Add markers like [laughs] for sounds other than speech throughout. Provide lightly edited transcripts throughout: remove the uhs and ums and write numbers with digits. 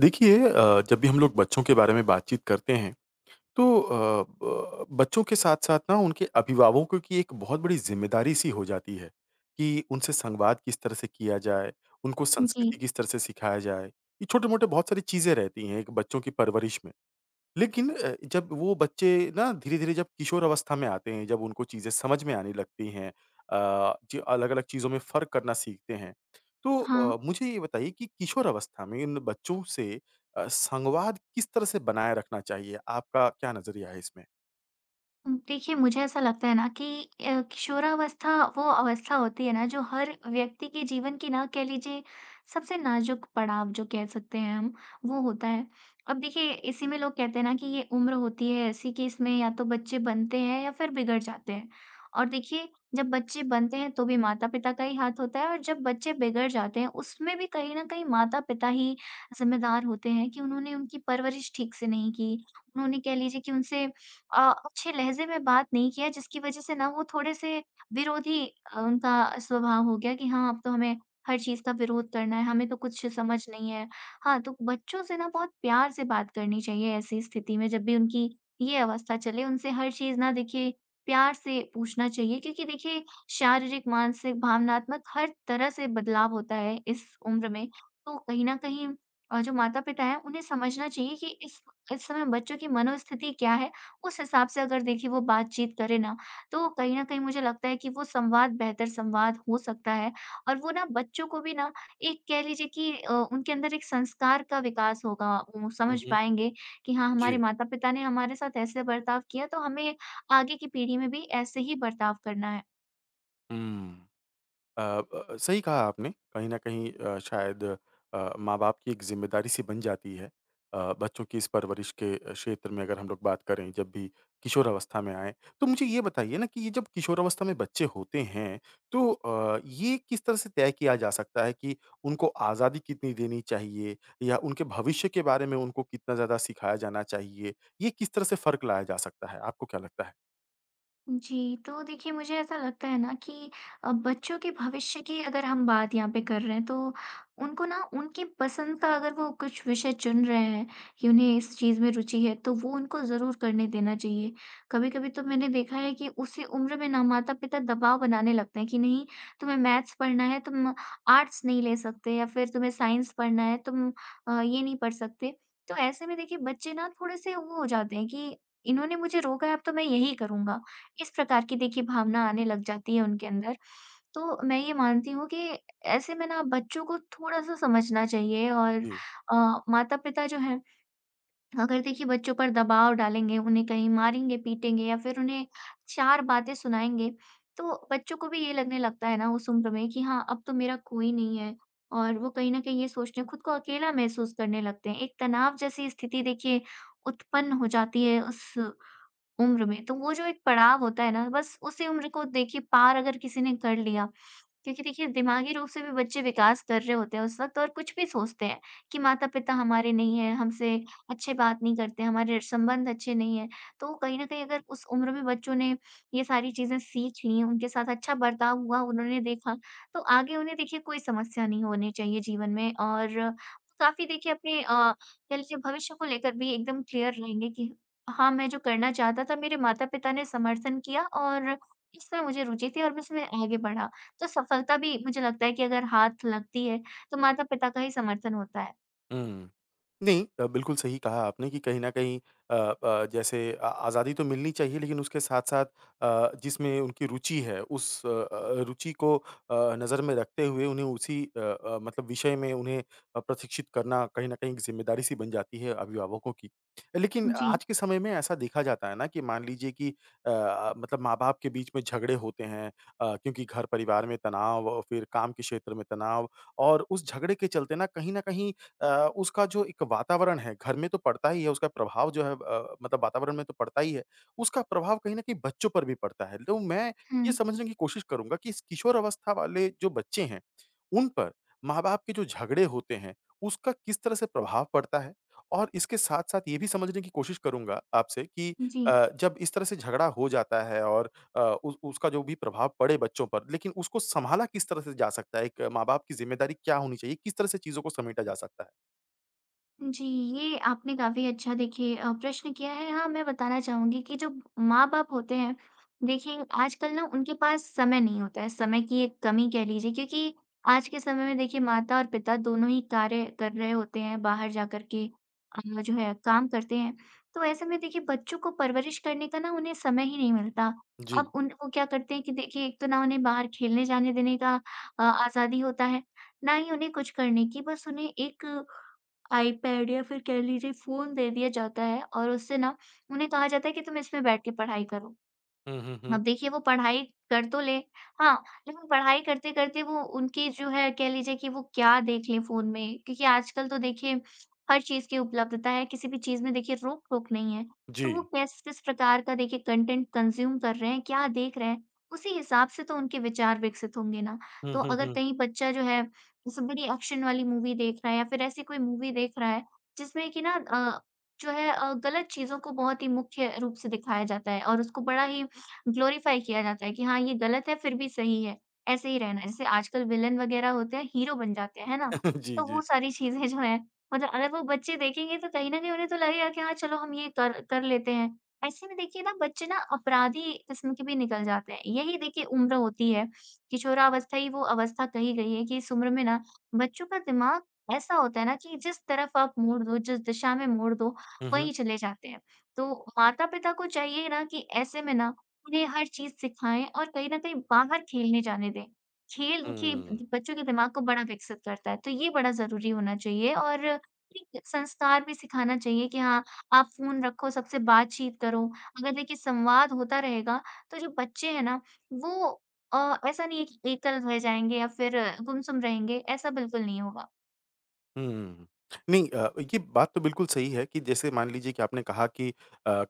देखिए जब भी हम लोग बच्चों के बारे में बातचीत करते हैं तो अ, ब बच्चों के साथ-साथ ना उनके अभिभावकों की एक बहुत बड़ी ज़िम्मेदारी सी हो जाती है कि उनसे संवाद किस तरह से किया जाए, उनको संस्कृति जी, किस तरह से सिखाया जाए। ये छोटे-मोटे बहुत सारी चीज़ें रहती हैं एक बच्चों की परवरिश में। लेकिन जब वो बच्चे ना धीरे-धीरे जब किशोर अवस्था में आते हैं, जब उनको चीज़ें समझ में आने लगती हैं जी अलग-अलग चीज़ों में फ़र्क करना सीखते हैं। तो हाँ। मुझे ये बताइए कि किशोर अवस्था में इन बच्चों से संवाद किस तरह से बनाए रखना चाहिए? आपका क्या नज़रिया है इसमें? देखिए, मुझे ऐसा लगता है ना कि किशोरावस्था वो अवस्था होती है ना जो हर व्यक्ति के जीवन की, ना कह लीजिए सबसे नाज़ुक पड़ाव जो कह सकते हैं हम, वो होता है। अब देखिए इसी में लोग कहते हैं ना कि ये उम्र होती है ऐसी कि इसमें या तो बच्चे बनते हैं या फिर बिगड़ जाते हैं। और देखिए, जब बच्चे बनते हैं तो भी माता-पिता का ही हाथ होता है, और जब बच्चे बिगड़ जाते हैं उसमें भी कहीं न कहीं माता-पिता ही ज़िम्मेदार होते हैं कि उन्होंने उनकी परवरिश ठीक से नहीं की। उन्होंने, कह लीजिए कि उनसे अच्छे लहज़े में बात नहीं किया, जिसकी वज़ह से ना वो थोड़े-से विरोधी, उनका स्वभाव हो गया कि हाँ, अब तो हमें हर चीज़ का विरोध करना है, हमें तो कुछ समझ नहीं है। हाँ, तो बच्चों से ना बहुत प्यार से बात करनी चाहिए ऐसी स्थिति में, जब भी उनकी ये अवस्था चले, उनसे हर चीज़ ना देखिए प्यार से पूछना चाहिए, क्योंकि देखिए शारीरिक, मानसिक, भावनात्मक, हर तरह से बदलाव होता है इस उम्र में। तो कहीं न कहीं जो माता-पिता हैं, उन्हें समझना चाहिए कि इस समय बच्चों की मनोस्थिति क्या है? उस हिसाब से अगर देखिए वो बातचीत करे ना, तो कहीं न कहीं मुझे लगता है कि वो संवाद बेहतर संवाद हो सकता है, और वो ना बच्चों को भी ना एक, कह लीजिए कि उनके अंदर एक संस्कार का विकास होगा। वो हुँ, समझ हुँ। पाएँगे कि हाँ, जी। हमारे माता-पिता ने हमारे साथ ऐसे बर्ताव किया, तो हमें आगे की पीढ़ी में भी ऐसे ही बर्ताव करना है। हुँ। सही कहा आपने। कहीं न कहीं शायद माँ-बाप की एक ज़िम्मेदारी सी बन जाती है। बच्चों की इस परवरिश के क्षेत्र में अगर हम लोग बात करें जब भी किशोरावस्था में आएँ। तो मुझे ये बताइए ना कि ये जब किशोरावस्था में बच्चे होते हैं तो ये किस तरह से तय किया जा सकता है कि उनको आज़ादी कितनी देनी चाहिए या उनके भविष्य के बारे में उनको कितना ज़्यादा सिखाया जाना चाहिए? ये किस तरह से फ़र्क लाया जा सकता है? आपको क्या लगता है? जी, तो देखिए मुझे ऐसा लगता है ना कि बच्चों के भविष्य की अगर हम बात यहाँ पे कर रहे हैं, तो उनको ना, उनकी पसंद का अगर वो कुछ विषय चुन रहे हैं, कि उन्हें इस चीज़ में रुचि है, तो वो उनको ज़रूर करने देना चाहिए। कभी-कभी तो मैंने देखा है कि उसी उम्र में ना माता-पिता दबाव बनाने लगते हैं कि नहीं, तुम्हें मैथ्स पढ़ना है, तुम आर्ट्स नहीं ले सकते, या फिर तुम्हें साइंस पढ़ना है, तुम ये नहीं पढ़ सकते। तो ऐसे में देखिए बच्चे ना थोड़े-से वो हो जाते हैं कि इन्होंने मुझे रोका है, अब तो मैं यही करूँगा। इस प्रकार की देखिए भावना आने लग जाती है उनके अंदर। तो मैं ये मानती हूँ कि ऐसे में ना बच्चों को थोड़ा-सा समझना चाहिए, और जी। अ, माता-पिता जो हैं, अगर देखिए बच्चों पर दबाव डालेंगे, उन्हें कहीं मारेंगे, पीटेंगे, या फिर उन्हें 4 बातें सुनाएँगे, तो बच्चों को भी ये लगने लगता है ना उस उम्र में कि हाँ, अब तो मेरा कोई नहीं है, और वो कहीं न कहीं ये सोचने, खुद को अकेला महसूस करने लगते हैं। एक तनाव जैसी स्थिति देखिए उत्पन्न हो जाती है उस उम्र में, तो वो जो एक पड़ाव होता है ना, बस उसी उम्र को देखिए पार अगर किसी ने कर लिया, क्योंकि देखिए दिमागी रूप से भी बच्चे विकास कर रहे होते हैं उस वक़्त, और कुछ भी सोचते हैं कि माता-पिता हमारे नहीं हैं, हमसे अच्छे बात नहीं करते, हमारे संबंध अच्छे नहीं हैं। तो कहीं न कहीं अगर उस उम्र में बच्चों ने ये सारी चीज़ें सीख लीं, उनके साथ अच्छा बर्ताव हुआ, उन्होंने देखा, तो आगे उन्हें देखिए कोई समस्या नहीं होनी चाहिए जीवन में, और काफ़ी देखिए अपने कह लीजिए भविष्य को लेकर भी एकदम क्लियर रहेंगे कि हाँ, मैं जो करना चाहता था, मेरे माता-पिता ने समर्थन किया, और इसमें मुझे रुचि थी और मैं इसमें आगे बढ़ा। तो सफलता भी, मुझे लगता है कि अगर हाथ लगती है, तो माता-पिता का ही समर्थन होता है। हुँ। नहीं बिल्कुल सही कहा आपने कि कहीं न कहीं जैसे आज़ादी तो मिलनी चाहिए लेकिन उसके साथ-साथ जिसमें उनकी रुचि है उस रुचि को नज़र में रखते हुए उन्हें उसी मतलब विषय में उन्हें प्रशिक्षित करना कहीं न कहीं एक ज़िम्मेदारी सी बन जाती है अभिभावकों की। लेकिन जी। आज के समय में ऐसा देखा जाता है ना कि मान लीजिए कि मतलब माँ-बाप के बीच में झगड़े होते हैं क्योंकि घर परिवार में तनाव और फिर काम के क्षेत्र में तनाव और उस झगड़े के चलते ना कहीं न कहीं अ, उसका जो एक वातावरण है, घर में तो पड़ता ही है, उसका प्रभाव जो है मतलब वातावरण में तो पड़ता ही है, उसका प्रभाव कहीं न कहीं बच्चों पर भी पड़ता है। तो मैं हुँ। ये समझने की कोशिश करूँगा कि इस किशोर अवस्था वाले जो बच्चे हैं, उन पर माँ-बाप के जो झगड़े होते हैं, उसका किस तरह से प्रभाव पड़ता है? और इसके साथ-साथ ये भी समझने की कोशिश करूँगा आपसे कि जी। जब इस तरह से झगड़ा हो जाता है और अ, उ उसका जो भी प्रभाव पड़े बच्चों पर, लेकिन उसको सँभाला किस तरह से जा सकता है? एक माँ-बाप की ज़िम्मेदारी क्या होनी चाहिए? किस तरह से चीज़ों को समेटा जा सकता है? जी, ये आपने काफ़ी अच्छा देखिए प्रश्न किया है। हाँ, मैं बताना चाहूँगी कि जो माँ-बाप होते हैं, देखिए आजकल ना उनके पास समय नहीं होता है, समय की एक कमी कह लीजिए, क्योंकि आज के समय में देखिए माता और पिता दोनों ही कार्य कर रहे होते हैं, बाहर जाकर के जो है काम करते हैं। तो ऐसे में देखिए बच्चों को परवरिश करने का ना उन्हें समय ही नहीं मिलता। जी। अब उन वो क्या करते हैं कि देखिए एक तो ना उन्हें बाहर खेलने जाने देने का आज़ादी होता है, ना ही उन्हें कुछ करने की, बस उन्हें एक आईपैड या फिर कह लीजिए फ़ोन दे दिया जाता है, और उससे ना उन्हें कहा जाता है कि तुम इसमें बैठ के पढ़ाई करो। हुँ, हुँ, हुँ। अब देखिए वो पढ़ाई कर तो ले, हाँ, लेकिन पढ़ाई करते-करते वो, उनकी जो है, कह लीजिए कि वो क्या देख लें फ़ोन में, क्योंकि आजकल तो देखिए हर चीज़ की उपलब्धता है, किसी भी चीज़ में देखिए रोक-टोक नहीं है। तो वो जी। किस किस प्रकार का देखिए कंटेंट कंज़्यूम कर रहे हैं, क्या देख रहे हैं, उसी हिसाब से तो उनके विचार विकसित होंगे ना। हुँ, तो हुँ, अगर हुँ। कहीं बच्चा जो है जैसे बड़ी एक्शन वाली मूवी देख रहा है, या फिर ऐसी कोई मूवी देख रहा है जिसमें कि ना जो है गलत चीज़ों को बहुत ही मुख्य रूप से दिखाया जाता है और उसको बड़ा ही ग्लोरीफाई किया जाता है कि हाँ, ये गलत है फिर भी सही है, ऐसे ही रहना है। जैसे आजकल विलेन वगैरह होते हैं, हीरो बन जाते हैं, है ना? [laughs] जी, तो वो जी। सारी चीज़ें जो हैं, मतलब अगर वो बच्चे देखेंगे तो कहीं न कहीं उन्हें तो लगेगा कि हाँ, चलो हम ये कर कर लेते हैं। ऐसे में देखिए ना बच्चे ना अपराधी किस्म के भी निकल जाते हैं। यही देखिए उम्र होती है, किशोरावस्था ही वो अवस्था कही गई है कि इस उम्र में ना बच्चों का दिमाग ऐसा होता है ना कि जिस तरफ आप मोड़ दो, जिस दिशा में मोड़ दो, हुँ, हुँ। वहीं चले जाते हैं। तो माता-पिता को चाहिए ना कि ऐसे में ना उन्हें हर चीज़ सिखाएँ, और कहीं न कहीं बाहर खेलने जाने दें। खेल हुँ। देखिए बच्चों के दिमाग को बड़ा विकसित करता है, तो ये बड़ा ज़रूरी होना चाहिए, और एक संस्कार भी सिखाना चाहिए कि हाँ, आप फ़ोन रखो, सबसे बातचीत करो। अगर देखिए संवाद होता रहेगा, तो जो बच्चे हैं ना, वो ऐसा नहीं है कि एकल रह जाएँगे या फिर गुमसुम रहेंगे, ऐसा बिल्कुल नहीं होगा। हुँ। नहीं ये बात तो बिल्कुल सही है कि जैसे मान लीजिए कि आपने कहा कि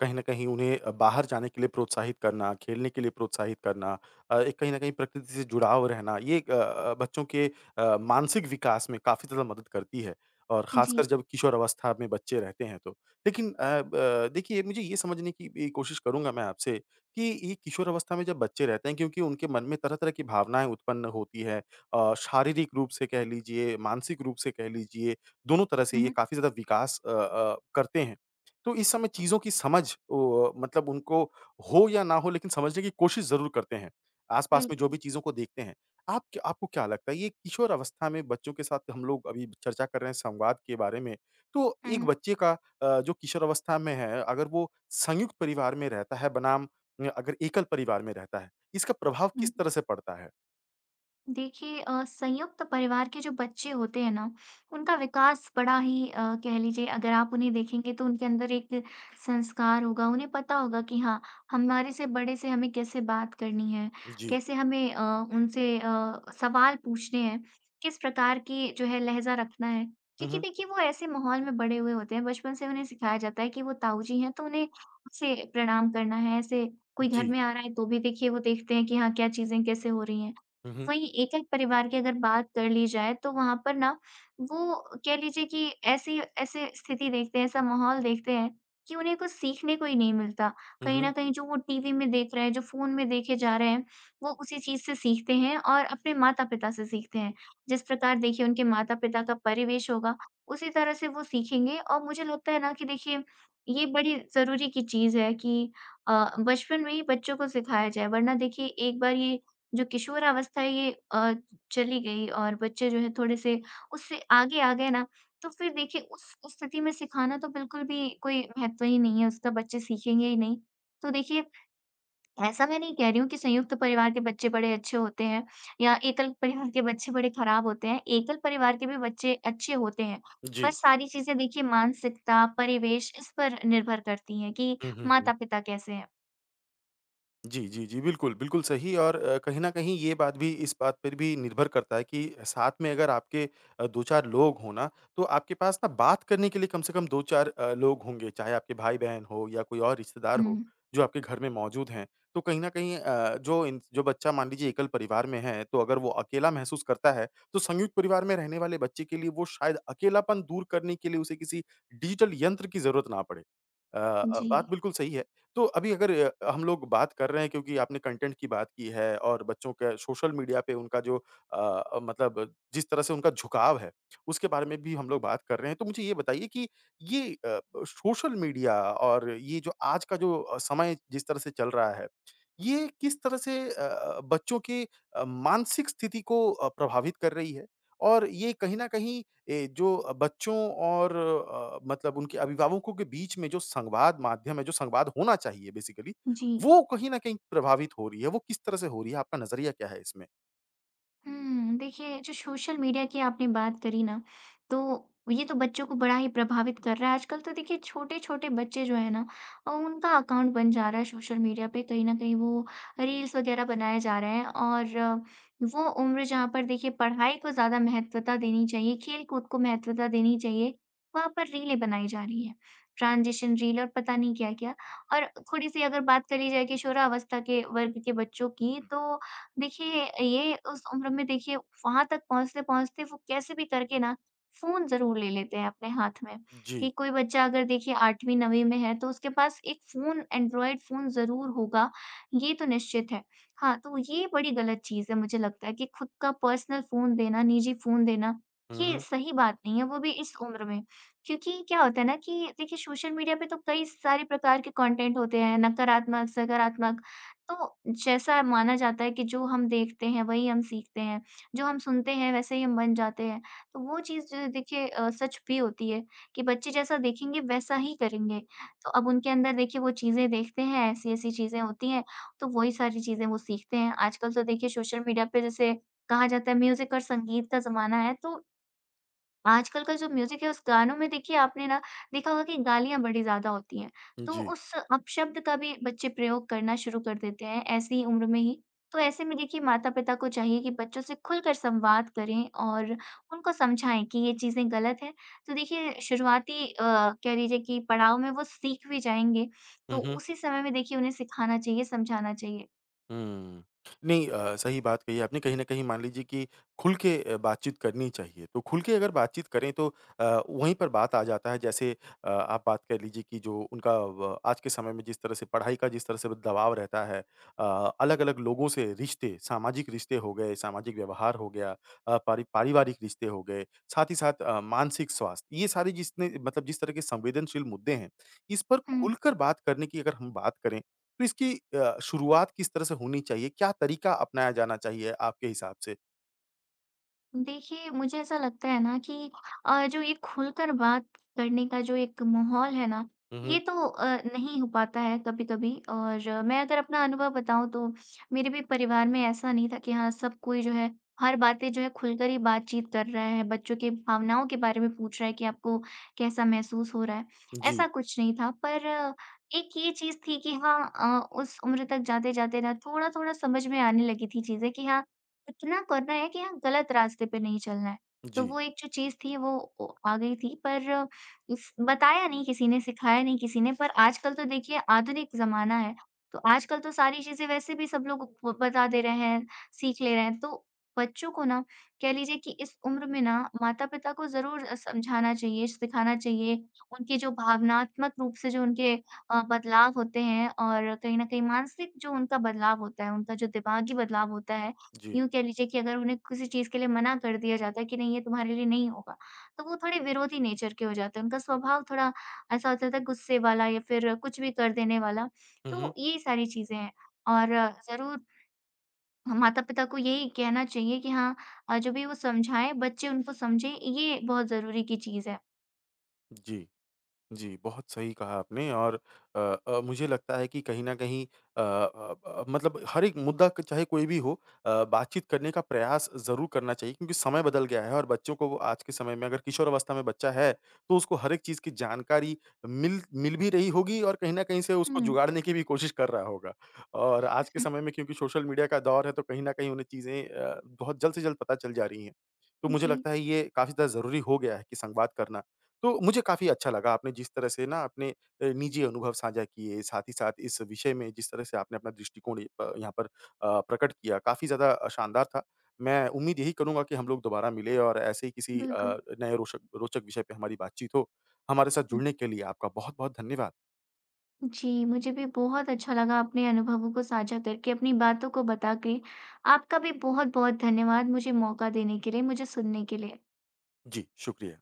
कहीं न कहीं उन्हें बाहर जाने के लिए प्रोत्साहित करना, खेलने के लिए प्रोत्साहित करना एक कहीं न कहीं प्रकृति से जुड़ाव रहना, ये बच्चों के मानसिक विकास में काफ़ी ज़्यादा मदद करती है और ख़ासकर जी। जब किशोर अवस्था में बच्चे रहते हैं तो। लेकिन अ, ब देखिए मुझे ये समझने की भी कोशिश करूँगा मैं आपसे कि ये किशोर अवस्था में जब बच्चे रहते हैं क्योंकि उनके मन में तरह-तरह की भावनाएँ उत्पन्न होती हैं शारीरिक रूप से कह लीजिए, मानसिक रूप से कह लीजिए, दोनों तरह से हुँ, ये हुँ। काफ़ी ज़्यादा विकास करते हैं। तो इस समय चीज़ों की समझ ओ मतलब उनको हो या ना हो लेकिन समझने की कोशिश ज़रूर करते हैं, आस-पास में जो बिल्कुल। भी चीज़ों को देखते हैं। आप क आपको क्या लगता है ये किशोर अवस्था में बच्चों के साथ हम लोग अभी चर्चा कर रहे हैं संवाद के बारे में, तो हुँ, एक हुँ। बच्चे का जो किशोर अवस्था में है, अगर वो संयुक्त परिवार में रहता है बनाम अगर एकल परिवार में रहता है, इसका प्रभाव हुँ। किस तरह से पड़ता है? देखिए संयुक्त परिवार के जो बच्चे होते हैं ना, उनका विकास बड़ा ही कह लीजिए, अगर आप उन्हें देखेंगे तो उनके अंदर एक संस्कार होगा, उन्हें पता होगा कि हाँ, हमारे से बड़े से हमें कैसे बात करनी है, जी। कैसे हमें उनसे सवाल पूछने हैं, किस प्रकार की जो है लहजा रखना है, हुँ, क्योंकि हुँ। देखिए वो ऐसे माहौल में बड़े हुए होते हैं, बचपन से उन्हें सिखाया जाता है कि वो ताऊ जी हैं तो उन्हें ऐसे प्रणाम करना है, ऐसे कोई घर जी। में आ रहा है तो भी देखिए वो देखते हैं कि हाँ, क्या चीजें कैसे हो रही हैं। हुँ, हुँ। वहीं एकल परिवार की अगर बात कर ली जाए तो वहाँ पर ना वो, कह लीजिए कि ऐसी ऐसे स्थिति देखते हैं, ऐसा माहौल देखते हैं, कि उन्हें कुछ सीखने को ही नहीं मिलता। हुँ, कहीं न हुँ। कहीं जो वो टीवी में देख रहे हैं, जो फ़ोन में देखे जा रहे हैं, वो उसी चीज़ से सीखते हैं और अपने माता-पिता से सीखते हैं। जिस प्रकार देखिए उनके माता-पिता का परिवेश होगा, उसी तरह से वो सीखेंगे, और मुझे लगता है ना कि देखिए ये बड़ी ज़रूरी की चीज़ है कि बचपन में ही बच्चों को सिखाया जाए, वरना देखिए एक बार ये जो किशोरावस्था है, ये चली गई और बच्चे जो है थोड़े-से उससे आगे आ गए ना, तो फिर देखिए उस स्थिति में सिखाना तो बिल्कुल भी कोई महत्व ही नहीं है, उसका बच्चे सीखेंगे ही नहीं। तो देखिए, ऐसा मैं नहीं कह रही हूँ कि संयुक्त परिवार के बच्चे बड़े अच्छे होते हैं या एकल परिवार के बच्चे बड़े खराब होते हैं, एकल परिवार के भी बच्चे अच्छे होते हैं। पर जी। सारी चीज़ें देखिए, मानसिकता, परिवेश, इस पर निर्भर करती हैं कि हुँ, हुँ, हुँ। माता-पिता कैसे हैं। जी, जी, जी। बिल्कुल, बिल्कुल सही और कहीं न कहीं ये बात भी इस बात पर भी निर्भर करता है कि साथ में अगर आपके 2-4 लोग हो ना, तो आपके पास ना बात करने के लिए कम से कम 2-4 लोग होंगे, चाहे आपके भाई-बहन हो या कोई और रिश्तेदार हो, हुँ, जो आपके घर में मौजूद हैं। तो कहीं न कहीं जो बच्चा मान लीजिए एकल परिवार में है, तो अगर वो अकेला महसूस करता है, तो संयुक्त परिवार में रहने वाले बच्चे के लिए वो शायद अकेलापन दूर करने के लिए उसे किसी डिजिटल यंत्र की ज़रूरत ना पड़े। जी, बात बिल्कुल सही है। तो अभी अगर हम लोग बात कर रहे हैं क्योंकि आपने कंटेंट की बात की है और बच्चों के सोशल मीडिया पे उनका जो मतलब जिस तरह से उनका झुकाव है, उसके बारे में भी हम लोग बात कर रहे हैं। तो मुझे ये बताइए कि ये सोशल मीडिया और ये जो आज का जो समय जिस तरह से चल रहा है, ये किस तरह से बच्चों के मानसिक स्थिति को प्रभावित कर रही है? और ये कहीं न कहीं जो बच्चों और मतलब उनके अभिभावकों के बीच में जो संवाद माध्यम है, जो संवाद होना चाहिए बेसिकली, जी। वो कहीं न कहीं प्रभावित हो रही है। वो किस तरह से हो रही है? आपका नज़रिया क्या है इसमें? हुँ, देखिए जो सोशल मीडिया की आपने बात करी ना, तो ये तो बच्चों को बड़ा ही प्रभावित कर रहा है। आजकल तो देखिए छोटे-छोटे बच्चे जो हैं ना, उनका अकाउंट बन जा रहा है सोशल मीडिया पे। कहीं न कहीं वो रील्स वग़ैरह बनाए जा रहे हैं, और वो उम्र, जहाँ पर देखिए पढ़ाई को ज़्यादा महत्वता देनी चाहिए, खेल-कूद को महत्वता देनी चाहिए, वहाँ पर रीलें बनाई जा रही हैं। ट्रांज़िशन रील और पता नहीं क्या-क्या। और थोड़ी-सी अगर बात करी जाए किशोरावस्था के वर्ग के बच्चों की, तो देखिए, ये उस उम्र में देखिए वहाँ तक पहुँचते-पहुँचते वो कैसे भी करके ना फ़ोन ज़रूर ले लेते हैं अपने हाथ में, जी। कि कोई बच्चा अगर देखिए 8वीं-9वीं में है तो उसके पास एक फ़ोन, एंड्रॉयड फ़ोन ज़रूर होगा, ये तो निश्चित है। हाँ, तो ये बड़ी गलत चीज़ है, मुझे लगता है कि खुद का पर्सनल फ़ोन देना, निजी फ़ोन देना, हुँ, ये हुँ। सही बात नहीं है, वो भी इस उम्र में। क्योंकि क्या होता है ना कि देखिए सोशल मीडिया पे तो कई सारे प्रकार के कंटेंट होते हैं, नकारात्मक, सकारात्मक। तो जैसा माना जाता है कि जो हम देखते हैं, वही हम सीखते हैं। जो हम सुनते हैं, वैसे ही हम बन जाते हैं। तो वो चीज़ जो है देखिए सच भी होती है कि बच्चे जैसा देखेंगे, वैसा ही करेंगे। तो अब उनके अंदर देखिए वो चीज़ें देखते हैं, ऐसी-ऐसी चीज़ें होती हैं, तो वही सारी चीज़ें वो सीखते हैं। आजकल तो देखिए सोशल मीडिया पे जैसे कहा जाता है म्यूज़िक और संगीत का ज़माना है, तो आजकल का जो म्यूज़िक है, उस गानों में देखिए आपने ना देखा होगा कि गालियाँ बड़ी ज़्यादा होती हैं, तो जी। उस अपशब्द का भी बच्चे प्रयोग करना शुरू कर देते हैं, ऐसी ही उम्र में ही। तो ऐसे में देखिए माता-पिता को चाहिए कि बच्चों से खुलकर संवाद करें और उनको समझाएँ कि ये चीज़ें गलत हैं। तो देखिए शुरुआती कह लीजिए कि पड़ाव में वो सीख भी जाएँगे, तो उसी समय में देखिए उन्हें सिखाना चाहिए, समझाना चाहिए। हुँ। नहीं सही बात कही आपने। कहीं न कहीं मान लीजिए कि खुल के बातचीत करनी चाहिए। तो खुल के अगर बातचीत करें तो वहीं पर बात आ जाता है जैसे आप बात कर लीजिए कि जो उनका व आज के समय में जिस तरह से पढ़ाई का जिस तरह से दबाव रहता है अ, अलग-अलग लोगों से रिश्ते, सामाजिक रिश्ते हो गए, सामाजिक व्यवहार हो गया पारिवारिक रिश्ते हो गए, साथ ही साथ मानसिक स्वास्थ्य, ये सारे जिसने मतलब जिस तरह के संवेदनशील मुद्दे हैं, इस पर हुँ। खुलकर बात करने की अगर हम बात करें तो इसकी शुरुआत किस तरह से होनी चाहिए? क्या तरीका अपनाया जाना चाहिए आपके हिसाब से? देखिए, मुझे ऐसा लगता है ना कि जो ये खुलकर बात करने का जो एक माहौल है ना, हुँ, हुँ। ये तो नहीं हो पाता है कभी-कभी और मैं अगर अपना अनुभव बताऊँ तो मेरे भी परिवार में ऐसा नहीं था कि हाँ, सब कोई जो है हर बातें जो है खुलकर ही बातचीत कर रहा है, बच्चों की भावनाओं के बारे में पूछ रहा है कि आपको कैसा महसूस हो रहा है, जी, ऐसा कुछ नहीं था। पर एक ये चीज़ थी कि हाँ, उस उम्र तक जाते-जाते ना थोड़ा-थोड़ा समझ में आने लगी थी चीज़ें कि हाँ, इतना करना है कि हाँ, गलत रास्ते पे नहीं चलना है। तो जी, वो एक जो चीज़ थी वो ओ आ गई थी पर इस बताया नहीं किसी ने, सिखाया नहीं किसी ने पर आजकल तो देखिए आधुनिक ज़माना है, तो आजकल तो सारी चीज़ें वैसे भी सब लोग ब बता दे रहे हैं, सीख ले रहे हैं। तो बच्चों को ना कह लीजिए कि इस उम्र में ना माता-पिता को ज़रूर समझाना चाहिए, सिखाना चाहिए। उनके जो भावनात्मक रूप से जो उनके बदलाव होते हैं और कहीं न कहीं मानसिक जो उनका बदलाव होता है, उनका जो दिमागी बदलाव होता है, जी। यूँ कह लीजिए कि अगर उन्हें किसी चीज़ के लिए मना कर दिया जाता है कि नहीं ये तुम्हारे लिए नहीं होगा, तो वो थोड़े विरोधी नेचर के हो जाते हैं। उनका स्वभाव थोड़ा ऐसा हो जाता है गुस्से वाला या फिर कुछ भी कर देने वाला। हुँ, तो हुँ। ये सारी चीज़ें हैं और ज़रूर माता-पिता को यही कहना चाहिए कि हाँ, जो भी वो समझाएँ बच्चे उनको समझें ये बहुत ज़रूरी की चीज़ है। जी। जी, बहुत सही कहा आपने और अ मुझे लगता है कि कहीं न कहीं मतलब हर एक मुद्दा क चाहे कोई भी हो बातचीत करने का प्रयास ज़रूर करना चाहिए क्योंकि समय बदल गया है और बच्चों को वो आज के समय में अगर किशोरावस्था में बच्चा है, तो उसको हर एक चीज़ की जानकारी मिल मिल भी रही होगी और कहीं न कहीं से हुँ, उसको हुँ। जुगाड़ने की भी कोशिश कर रहा होगा। और आज के समय में क्योंकि सोशल मीडिया का दौर है, तो कहीं न कहीं उन्हें चीज़ें बहुत जल्द से जल्द पता चल जा रही हैं। तो मुझे जी, लगता है ये काफ़ी ज़्यादा ज़रूरी हो गया है कि संवाद करना। तो मुझे काफ़ी अच्छा लगा आपने जिस तरह से ना अपने निजी अनुभव साझा किए, साथ ही साथ इस विषय में जिस तरह से आपने अपना दृष्टिकोण यहाँ पर प्रकट किया, काफ़ी ज़्यादा शानदार था। मैं उम्मीद यही करूँगा कि हम लोग दोबारा मिलें और ऐसे ही किसी बिल्कुल। नए रोचक रोचक विषय पे हमारी बातचीत हो। हमारे साथ जुड़ने के लिए आपका बहुत-बहुत धन्यवाद। जी, मुझे भी बहुत अच्छा लगा अपने अनुभवों को साझा करके, अपनी बातों को बता के। आपका भी बहुत-बहुत धन्यवाद मुझे मौका देने के लिए, मुझे सुनने के लिए। जी, शुक्रिया।